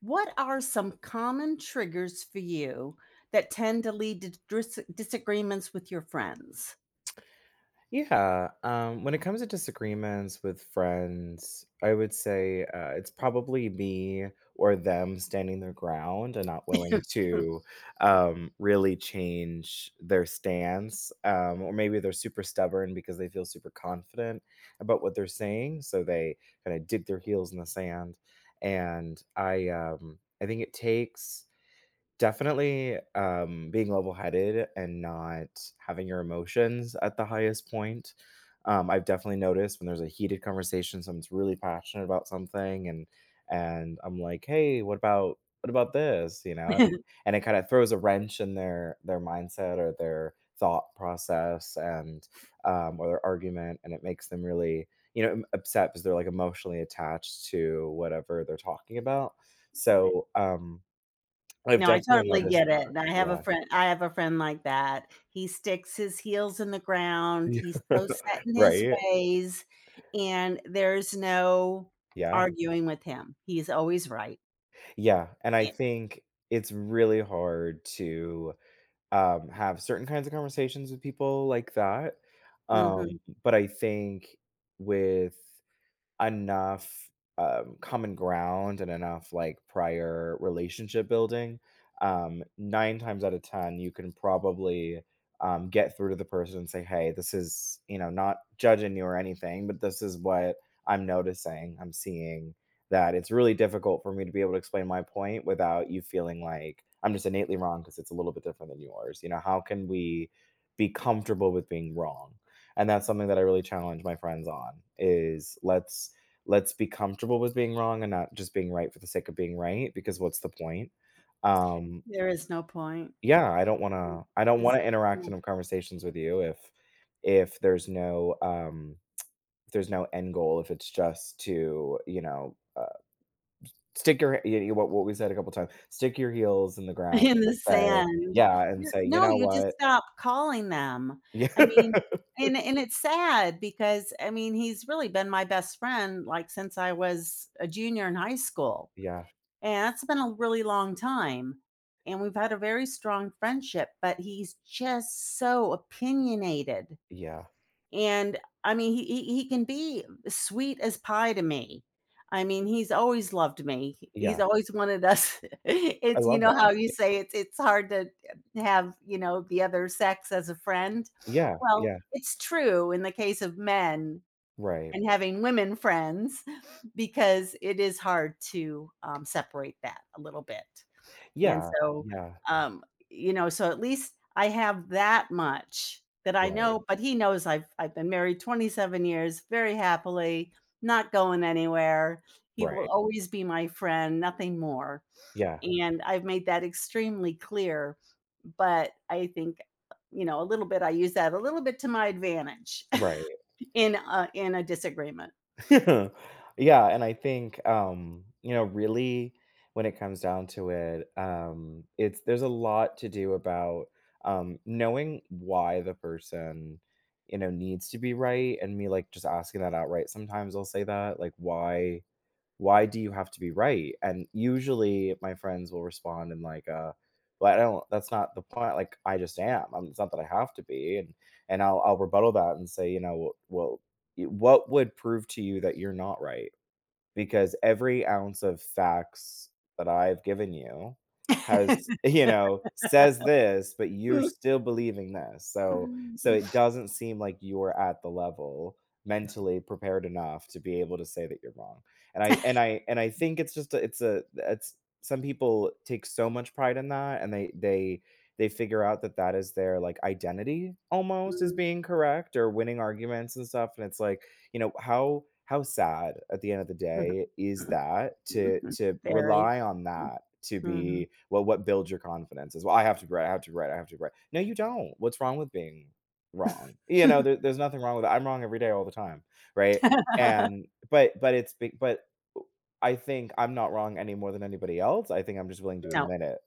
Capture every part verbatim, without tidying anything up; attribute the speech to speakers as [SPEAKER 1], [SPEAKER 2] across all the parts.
[SPEAKER 1] What are some common triggers for you that tend to lead to dis- disagreements with your friends?
[SPEAKER 2] Yeah, um, when it comes to disagreements with friends, I would say uh, it's probably me or them standing their ground and not willing to um, really change their stance. Um, or maybe they're super stubborn because they feel super confident about what they're saying. So they kind of dig their heels in the sand. And I, um, I think it takes definitely, um, being level-headed and not having your emotions at the highest point. Um, I've definitely noticed when there's a heated conversation, someone's really passionate about something, and and I'm like, "Hey, what about what about this?" You know, and and it kinda throws a wrench in their their mindset or their thought process and, um, or their argument, and it makes them really, you know, upset because 'cause they're, like, emotionally attached to whatever they're talking about. So, um I've
[SPEAKER 1] No, I
[SPEAKER 2] definitely
[SPEAKER 1] totally
[SPEAKER 2] noticed
[SPEAKER 1] get it.
[SPEAKER 2] that,
[SPEAKER 1] And I have a
[SPEAKER 2] yeah.
[SPEAKER 1] friend I have a friend like that. He sticks his heels in the ground. He's
[SPEAKER 2] Yeah.
[SPEAKER 1] so set in his
[SPEAKER 2] Right?
[SPEAKER 1] ways, and there's no
[SPEAKER 2] Yeah.
[SPEAKER 1] arguing with him. He's always right.
[SPEAKER 2] Yeah, and I
[SPEAKER 1] Yeah.
[SPEAKER 2] think it's really hard to, um, have certain kinds of conversations with people like that, um,
[SPEAKER 1] Mhm.
[SPEAKER 2] but I think with enough, um, common ground and enough, like, prior relationship building, um, nine times out of ten, you can probably, um, get through to the person and say, "Hey, this is," you know, not judging you or anything, but, "This is what I'm noticing, I'm seeing, that it's really difficult for me to be able to explain my point without you feeling like I'm just innately wrong because it's a little bit different than yours." You know, how can we be comfortable with being wrong? And that's something that I really challenge my friends on, is let's let's be comfortable with being wrong and not just being right for the sake of being right, because what's the point? Um,
[SPEAKER 1] There is no point.
[SPEAKER 2] yeah, I don't want
[SPEAKER 1] Mm,
[SPEAKER 2] to I don't want
[SPEAKER 1] just
[SPEAKER 2] to interact
[SPEAKER 1] yeah,
[SPEAKER 2] in conversations with you if if there's no um if there's no end goal, if it's just to, you know, uh, stick your you know, what what we said a couple times, stick your heels in the ground
[SPEAKER 1] in
[SPEAKER 2] and
[SPEAKER 1] the
[SPEAKER 2] just say,
[SPEAKER 1] sand.
[SPEAKER 2] yeah, and
[SPEAKER 1] N
[SPEAKER 2] say, "You
[SPEAKER 1] no,
[SPEAKER 2] know
[SPEAKER 1] you just
[SPEAKER 2] what?"
[SPEAKER 1] stop calling them. I mean, and and it's sad because, I mean, he's really been my best friend, like, since I was a junior in high school,
[SPEAKER 2] Yeah.
[SPEAKER 1] and that's been a really long time, and we've had a very strong friendship, but he's just so opinionated.
[SPEAKER 2] Yeah,
[SPEAKER 1] And I mean, he he he can be sweet as pie to me. I mean, he's always loved me.
[SPEAKER 2] yeah,
[SPEAKER 1] He's
[SPEAKER 2] yeah.
[SPEAKER 1] always wanted us,
[SPEAKER 2] I
[SPEAKER 1] it's you
[SPEAKER 2] love
[SPEAKER 1] know how you
[SPEAKER 2] that.
[SPEAKER 1] say it's it's hard to have, you know, the other sex as a friend?
[SPEAKER 2] Yeah,
[SPEAKER 1] Well,
[SPEAKER 2] yeah,
[SPEAKER 1] it's true in the case of men
[SPEAKER 2] right.
[SPEAKER 1] and having women friends because it is hard to, um, separate that a little bit. And
[SPEAKER 2] Yeah,
[SPEAKER 1] so,
[SPEAKER 2] yeah,
[SPEAKER 1] um, you know, so at least I have that much that I
[SPEAKER 2] right,
[SPEAKER 1] know, but he knows I've I've been married twenty-seven years very happily, not going anywhere. He
[SPEAKER 2] right.
[SPEAKER 1] will always be my friend, nothing more.
[SPEAKER 2] Yeah,
[SPEAKER 1] And I've made that extremely clear, but I think, you know, a little bit I use that a little bit to my advantage
[SPEAKER 2] right.
[SPEAKER 1] in a in a disagreement.
[SPEAKER 2] Yeah, and I think, um, you know, really, when it comes down to it, um, it's there's a lot to do about um knowing why the person, you know, needs to be right, and me like just asking that outright. Sometimes I'll say that, like, why why do you have to be right? And usually my friends will respond in like, uh well, I don't. That's not the point. Like, I just am. I it's not that I have to be. And and I'll I'll rebuttal that and say, you know, well, well, y- what would prove to you that you're not right? Because every ounce of facts that I've given you has, you know, says this, but you're still believing this. So so it doesn't seem like you're at the level mentally prepared enough to be able to say that you're wrong. And I and I and I think it's just a, it's a it's some people take so much pride in that, and they they they figure out that that is their like identity, almost, is being correct or winning arguments and stuff. And it's like, you know, how how sad at the end of the day is that, to to
[SPEAKER 1] Very.
[SPEAKER 2] rely on that to
[SPEAKER 1] Mhm.
[SPEAKER 2] be, well, what builds your confidence is, well, I have to be right, I have to be right, I have to be right. No, you don't. What's wrong with being wrong? You know, there, there's nothing wrong with it. I'm wrong every day, all the time. Right. And but but it's be- but I think I'm not wrong any more than anybody else. I think I'm just willing to
[SPEAKER 1] No.
[SPEAKER 2] admit it.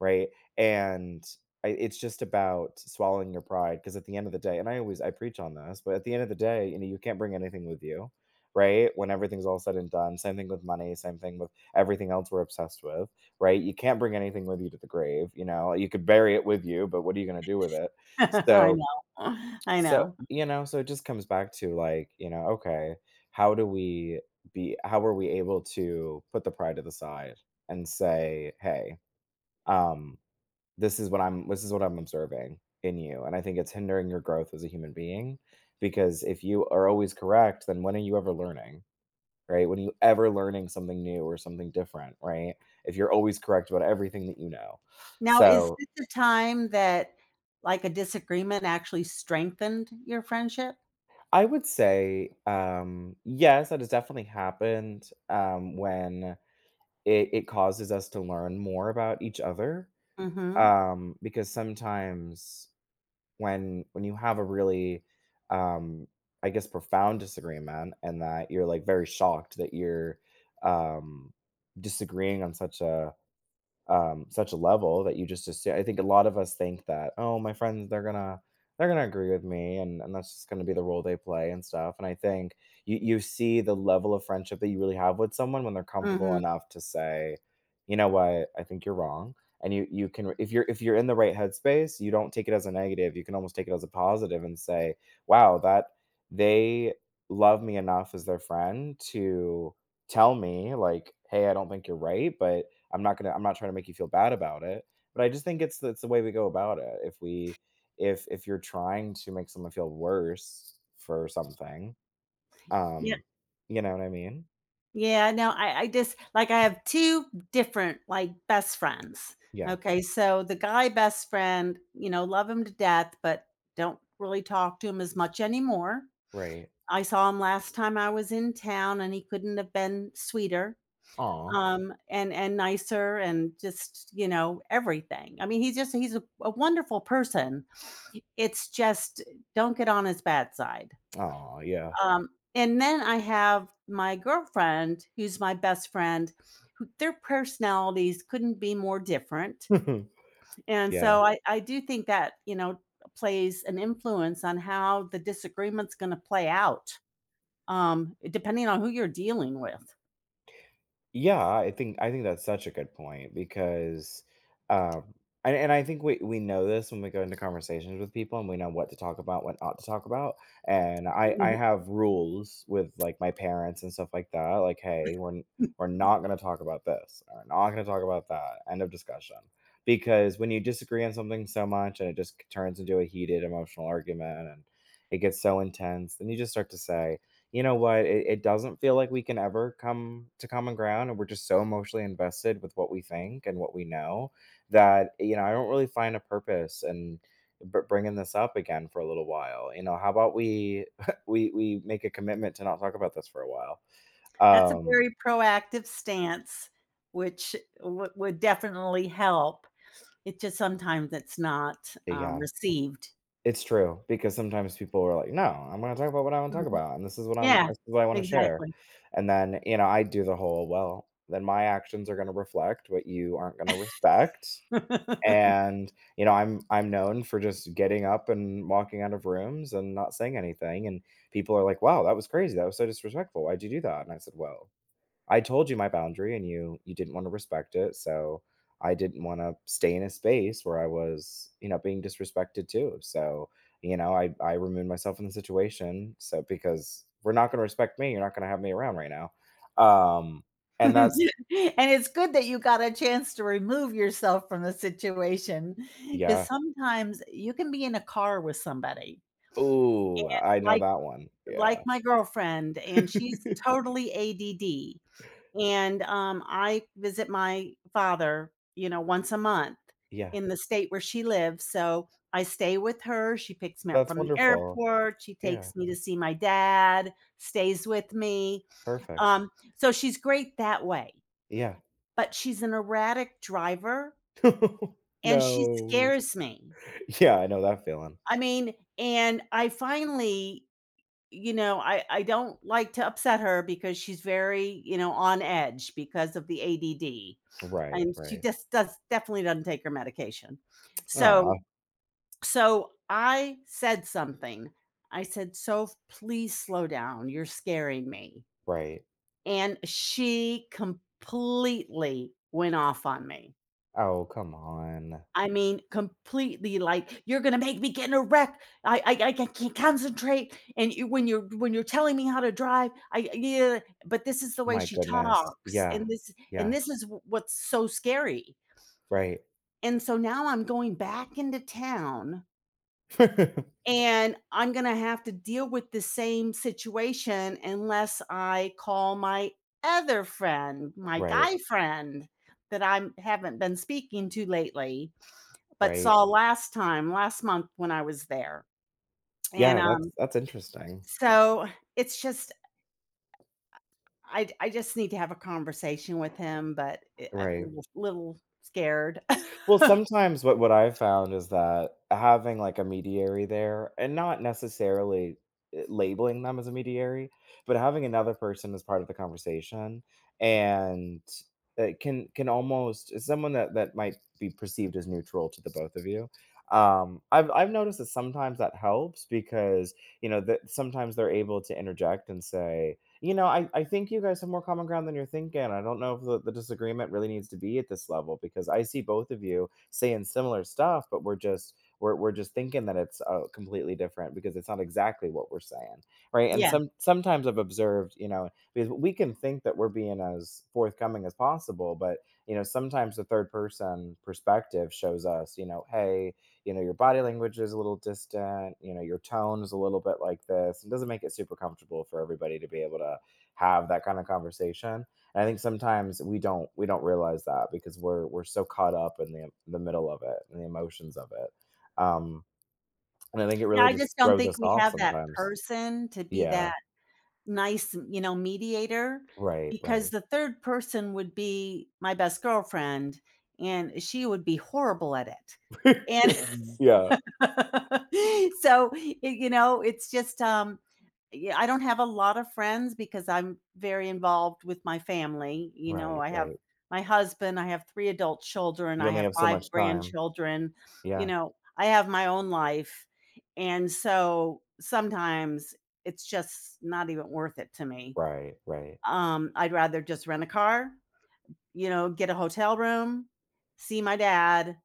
[SPEAKER 2] Right. and I It's just about swallowing your pride, because at the end of the day, and I always I preach on this, but at the end of the day, you know, you can't bring anything with you, right? When everything's all said and done, same thing with money, same thing with everything else we're obsessed with, right? You can't bring anything with you to the grave, you know? You could bury it with you, but what are you gonna do with it?
[SPEAKER 1] I
[SPEAKER 2] So
[SPEAKER 1] know. I
[SPEAKER 2] so,
[SPEAKER 1] know.
[SPEAKER 2] you know, so it just comes back to, like, you know, okay, how do we be how are we able to put the pride to the side and say, "Hey, um, this is what I'm, this is what I'm observing in you. And I think it's hindering your growth as a human being because if you are always correct, then when are you ever learning? Right? When are you ever learning something new or something different, right? If you're always correct about everything that you know."
[SPEAKER 1] Now is
[SPEAKER 2] So
[SPEAKER 1] this the time that, like, a disagreement actually strengthened your friendship?
[SPEAKER 2] I would say, um, yes, that has definitely happened, um, when it, it causes us to learn more about each other.
[SPEAKER 1] Mhm.
[SPEAKER 2] Um, because sometimes, when when you have a really, um, I guess, profound disagreement, and that you're like very shocked that you're um, disagreeing on such a, um, such a level that you just assume. I think a lot of us think that, oh, my friends, they're gonna they're gonna agree with me, and and that's just gonna be the role they play and stuff. And I think you you see the level of friendship that you really have with someone when they're comfortable
[SPEAKER 1] Mhm.
[SPEAKER 2] enough to say, "You know what, I think you're wrong." And you you can, if you're if you're in the right headspace, you don't take it as a negative. You can almost take it as a positive and say, wow, that they love me enough as their friend to tell me, like, hey, I don't think you're right, but I'm not gonna I'm not trying to make you feel bad about it, but I just think it's it's the way we go about it. If we if if you're trying to make someone feel worse for something,
[SPEAKER 1] Yeah.
[SPEAKER 2] um, you know what I mean?
[SPEAKER 1] Yeah, no, I I just like, I have two different, like, best friends.
[SPEAKER 2] Yeah,
[SPEAKER 1] Okay, so the guy best friend, you know, love him to death, but don't really talk to him as much anymore.
[SPEAKER 2] right.
[SPEAKER 1] I saw him last time I was in town, and he couldn't have been sweeter.
[SPEAKER 2] Aw.
[SPEAKER 1] Um, and and nicer and just, you know, everything. I mean, he's just he's a a wonderful person. It's just don't get on his bad side.
[SPEAKER 2] Aw, yeah.
[SPEAKER 1] Um, and then I have my girlfriend, who's my best friend, who their personalities couldn't be more different. And
[SPEAKER 2] Yeah.
[SPEAKER 1] so I I do think that, you know, plays an influence on how the disagreement's gonna play out, um, depending on who you're dealing with.
[SPEAKER 2] Yeah, I think I think that's such a good point, because, um, and, and I think we we know this when we go into conversations with people, and we know what to talk about, what not to talk about. And I I have rules with, like, my parents and stuff like that. Like, hey, we're n- we're not going to talk about this. We're not going to talk about that. End of discussion. Because when you disagree on something so much and it just turns into a heated emotional argument and it gets so intense, then you just start to say, you know what? It, it doesn't feel like we can ever come to common ground. And we're just so emotionally invested with what we think and what we know that, you know, I don't really find a purpose in br- bringing this up again for a little while. You know, how about we, we, we make a commitment to not talk about this for a while?
[SPEAKER 1] That's a
[SPEAKER 2] Um,
[SPEAKER 1] very proactive stance, which would would definitely help. It just sometimes it's not, um,
[SPEAKER 2] yeah,
[SPEAKER 1] received.
[SPEAKER 2] it's true, because sometimes people are like, "No, I'm going to talk about what I want to talk
[SPEAKER 1] Mhm.
[SPEAKER 2] about. And this is what I'm,
[SPEAKER 1] Yeah,
[SPEAKER 2] this is what I want to share."
[SPEAKER 1] exactly.
[SPEAKER 2] And then, you know, I do the whole, well, then my actions are going to reflect what you aren't going to respect. And, you know, I'm I'm known for just getting up and walking out of rooms and not saying anything, and people are like, "Wow, that was crazy. That was so disrespectful. Why'd you do that?" And I said, "Well, I told you my boundary, and you you didn't wanna respect it, so I didn't wanna stay in a space where I was, you know, being disrespected too. So, you know, I I removed myself from the situation, so because we're not gonna respect me, you're not gonna have me around right now." Um, and
[SPEAKER 1] And
[SPEAKER 2] that's—
[SPEAKER 1] it's good that you got a chance to remove yourself from the situation because
[SPEAKER 2] Yeah.
[SPEAKER 1] sometimes you can be in a car with somebody
[SPEAKER 2] Ooh, I know
[SPEAKER 1] like
[SPEAKER 2] that one.
[SPEAKER 1] like
[SPEAKER 2] Yeah.
[SPEAKER 1] my girlfriend, and she's totally A D D. And um, I visit my father, you know, once a month
[SPEAKER 2] Yeah,
[SPEAKER 1] in the state where she lives. So I stay with her. She picks me up
[SPEAKER 2] that's
[SPEAKER 1] from the
[SPEAKER 2] wonderful.
[SPEAKER 1] airport. She
[SPEAKER 2] Yeah,
[SPEAKER 1] takes me to see my dad, stays with me.
[SPEAKER 2] perfect.
[SPEAKER 1] Um, so she's great that way,
[SPEAKER 2] Yeah.
[SPEAKER 1] but she's an erratic driver, and she
[SPEAKER 2] No.
[SPEAKER 1] scares me.
[SPEAKER 2] Yeah, I know that feeling.
[SPEAKER 1] I mean, and I finally you know, I I don't like to upset her because she's very, you know, on edge because of the A D D,
[SPEAKER 2] Right,
[SPEAKER 1] and she
[SPEAKER 2] right.
[SPEAKER 1] just does definitely doesn't take her medication. So
[SPEAKER 2] Aw,
[SPEAKER 1] so I said something. I said, "So please slow down. You're scaring me."
[SPEAKER 2] right.
[SPEAKER 1] And she completely went off on me.
[SPEAKER 2] Oh, come on.
[SPEAKER 1] I mean, completely, like, "You're gonna make me get in a wreck. I I I can't concentrate, and you when you're when you're telling me how to drive, I, yeah." But this is the way
[SPEAKER 2] My
[SPEAKER 1] she
[SPEAKER 2] goodness.
[SPEAKER 1] talks,
[SPEAKER 2] Yeah,
[SPEAKER 1] and this and
[SPEAKER 2] yeah,
[SPEAKER 1] this is w what's so scary.
[SPEAKER 2] right.
[SPEAKER 1] And so now I'm going back into town, and I'm gonna have to deal with the same situation unless I call my other friend, my
[SPEAKER 2] Right,
[SPEAKER 1] guy friend, that I haven't been speaking to lately but
[SPEAKER 2] right.
[SPEAKER 1] saw last time, last month when I was there. And,
[SPEAKER 2] Yeah, that's
[SPEAKER 1] um,
[SPEAKER 2] that's interesting.
[SPEAKER 1] so it's just I I just need to have a conversation with him, but it I'm a
[SPEAKER 2] Right.
[SPEAKER 1] little little scared.
[SPEAKER 2] Well, sometimes what what I've found is that having, like, a mediary there, and not necessarily, eh, labeling them as a mediary, but having another person as part of the conversation, and it can can almost it's someone that that might be perceived as neutral to the both of you. Um, I've I've noticed that sometimes that helps because, you know, that sometimes they're able to interject and say, you know, I, I think you guys have more common ground than you're thinking. I don't know if the, the disagreement really needs to be at this level, because I see both of you saying similar stuff, but we're just we're, we're just thinking that it's, uh, completely different because it's not exactly what we're saying, right? And
[SPEAKER 1] Yeah.
[SPEAKER 2] some sometimes I've observed, you know, because we can think that we're being as forthcoming as possible, but you know, sometimes the third person perspective shows us, you know, hey, you know, your body language is a little distant, you know, your tone is a little bit like this. It doesn't make it super comfortable for everybody to be able to have that kind of conversation. And I think sometimes we don't we don't realize that because we're we're so caught up in the the middle of it and the emotions of it. Um and I think it
[SPEAKER 1] Yeah,
[SPEAKER 2] really
[SPEAKER 1] I
[SPEAKER 2] just
[SPEAKER 1] just don't
[SPEAKER 2] throws
[SPEAKER 1] think
[SPEAKER 2] us
[SPEAKER 1] we
[SPEAKER 2] off
[SPEAKER 1] have that
[SPEAKER 2] sometimes.
[SPEAKER 1] person to be
[SPEAKER 2] Yeah.
[SPEAKER 1] that nice, you know, mediator
[SPEAKER 2] Right,
[SPEAKER 1] because
[SPEAKER 2] right.
[SPEAKER 1] the third person would be my best girlfriend, and she would be horrible at it.
[SPEAKER 2] Yeah.
[SPEAKER 1] And so it, you know it's just um yeah, I don't have a lot of friends because I'm very involved with my family. You know,
[SPEAKER 2] Right,
[SPEAKER 1] I have
[SPEAKER 2] right.
[SPEAKER 1] my husband, I have three adult children,
[SPEAKER 2] You
[SPEAKER 1] I
[SPEAKER 2] only
[SPEAKER 1] have
[SPEAKER 2] have so
[SPEAKER 1] five
[SPEAKER 2] much time.
[SPEAKER 1] grandchildren. You
[SPEAKER 2] Yeah.
[SPEAKER 1] know, I have my own life, and so sometimes it's just not even worth it to me.
[SPEAKER 2] Right, right.
[SPEAKER 1] um I'd rather just rent a car, you know, get a hotel room, see my dad,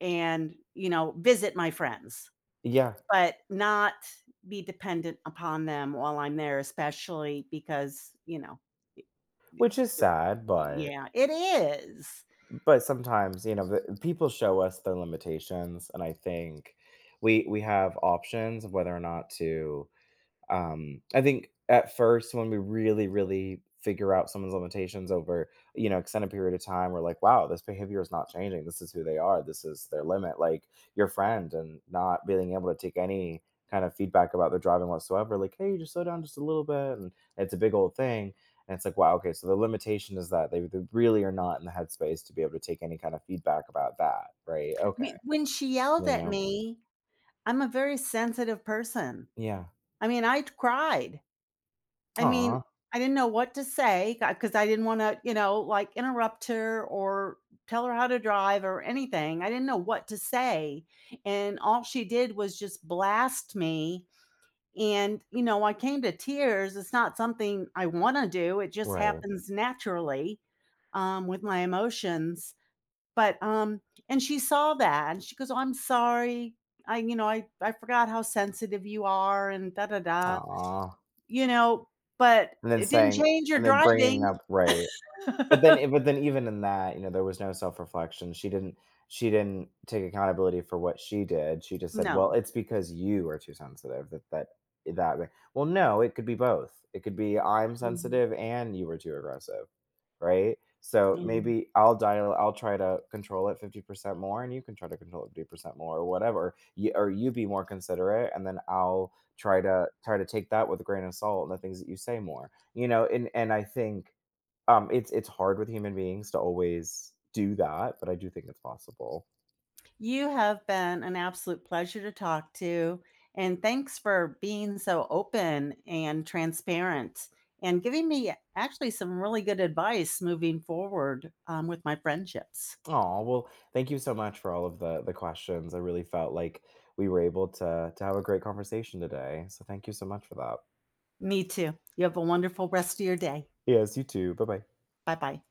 [SPEAKER 1] and, you know, visit my friends,
[SPEAKER 2] Yeah.
[SPEAKER 1] but not be dependent upon them while I'm there, especially because, you know, it it
[SPEAKER 2] Which is sad, but
[SPEAKER 1] Yeah, it is.
[SPEAKER 2] but sometimes, you know, the, people show us their limitations, and I think we we have options of whether or not to, um, I think at first when we really, really figure out someone's limitations over, you know, extended period of time, we're like, wow, this behavior is not changing. This is who they are. This is their limit. Like, your friend and not being able to take any kind of feedback about their driving whatsoever. Like, hey, just slow down just a little bit. And it's a big old thing. And it's like, wow, okay, so the limitation is that they, they really are not in the headspace to be able to take any kind of feedback about that, right?
[SPEAKER 1] I
[SPEAKER 2] Okay.
[SPEAKER 1] mean, when she yelled
[SPEAKER 2] You
[SPEAKER 1] at
[SPEAKER 2] know?
[SPEAKER 1] me, I'm a very sensitive person.
[SPEAKER 2] Yeah.
[SPEAKER 1] I mean, I cried. I mean,
[SPEAKER 2] Aw.
[SPEAKER 1] I didn't know what to say, because I didn't wanna, you know, like, interrupt her or tell her how to drive or anything. I didn't know what to say, and all she did was just blast me. And, you know, I came to tears. It's not something I wanna do, it just
[SPEAKER 2] Right.
[SPEAKER 1] happens naturally, um, with my emotions, but, um and she saw that, and she goes, "Oh, I'm sorry. I you know, I I forgot how sensitive you are and da da da."
[SPEAKER 2] Aw.
[SPEAKER 1] You know, but
[SPEAKER 2] And then
[SPEAKER 1] it didn't
[SPEAKER 2] saying
[SPEAKER 1] change your
[SPEAKER 2] and then bringing
[SPEAKER 1] driving.
[SPEAKER 2] up, right. But then e but then even in that, you know, there was no self-reflection. She didn't she didn't take accountability for what she did. She just said, "Well,
[SPEAKER 1] No.
[SPEAKER 2] it's because you are too sensitive, that that that—" Well, no, it could be both. It could be, "I'm
[SPEAKER 1] Mhm.
[SPEAKER 2] sensitive and you were too aggressive." Right? So
[SPEAKER 1] Yeah.
[SPEAKER 2] maybe I'll dial, I'll try to control it fifty percent more, and you can try to control it fifty percent more, or whatever. You, or you be more considerate, and then I'll try to try to take that with a grain of salt and the things that you say more, you know. And and I think, um, it's it's hard with human beings to always do that, but I do think it's possible.
[SPEAKER 1] You have been an absolute pleasure to talk to, and thanks for being so open and transparent and giving me actually some really good advice moving forward, um, with my friendships.
[SPEAKER 2] Oh, well, thank you so much for all of the the questions. I really felt like we were able to to have a great conversation today. So thank you so much for that.
[SPEAKER 1] Me too. You have a wonderful rest of your day.
[SPEAKER 2] Yes, you too. Bye bye.
[SPEAKER 1] Bye bye.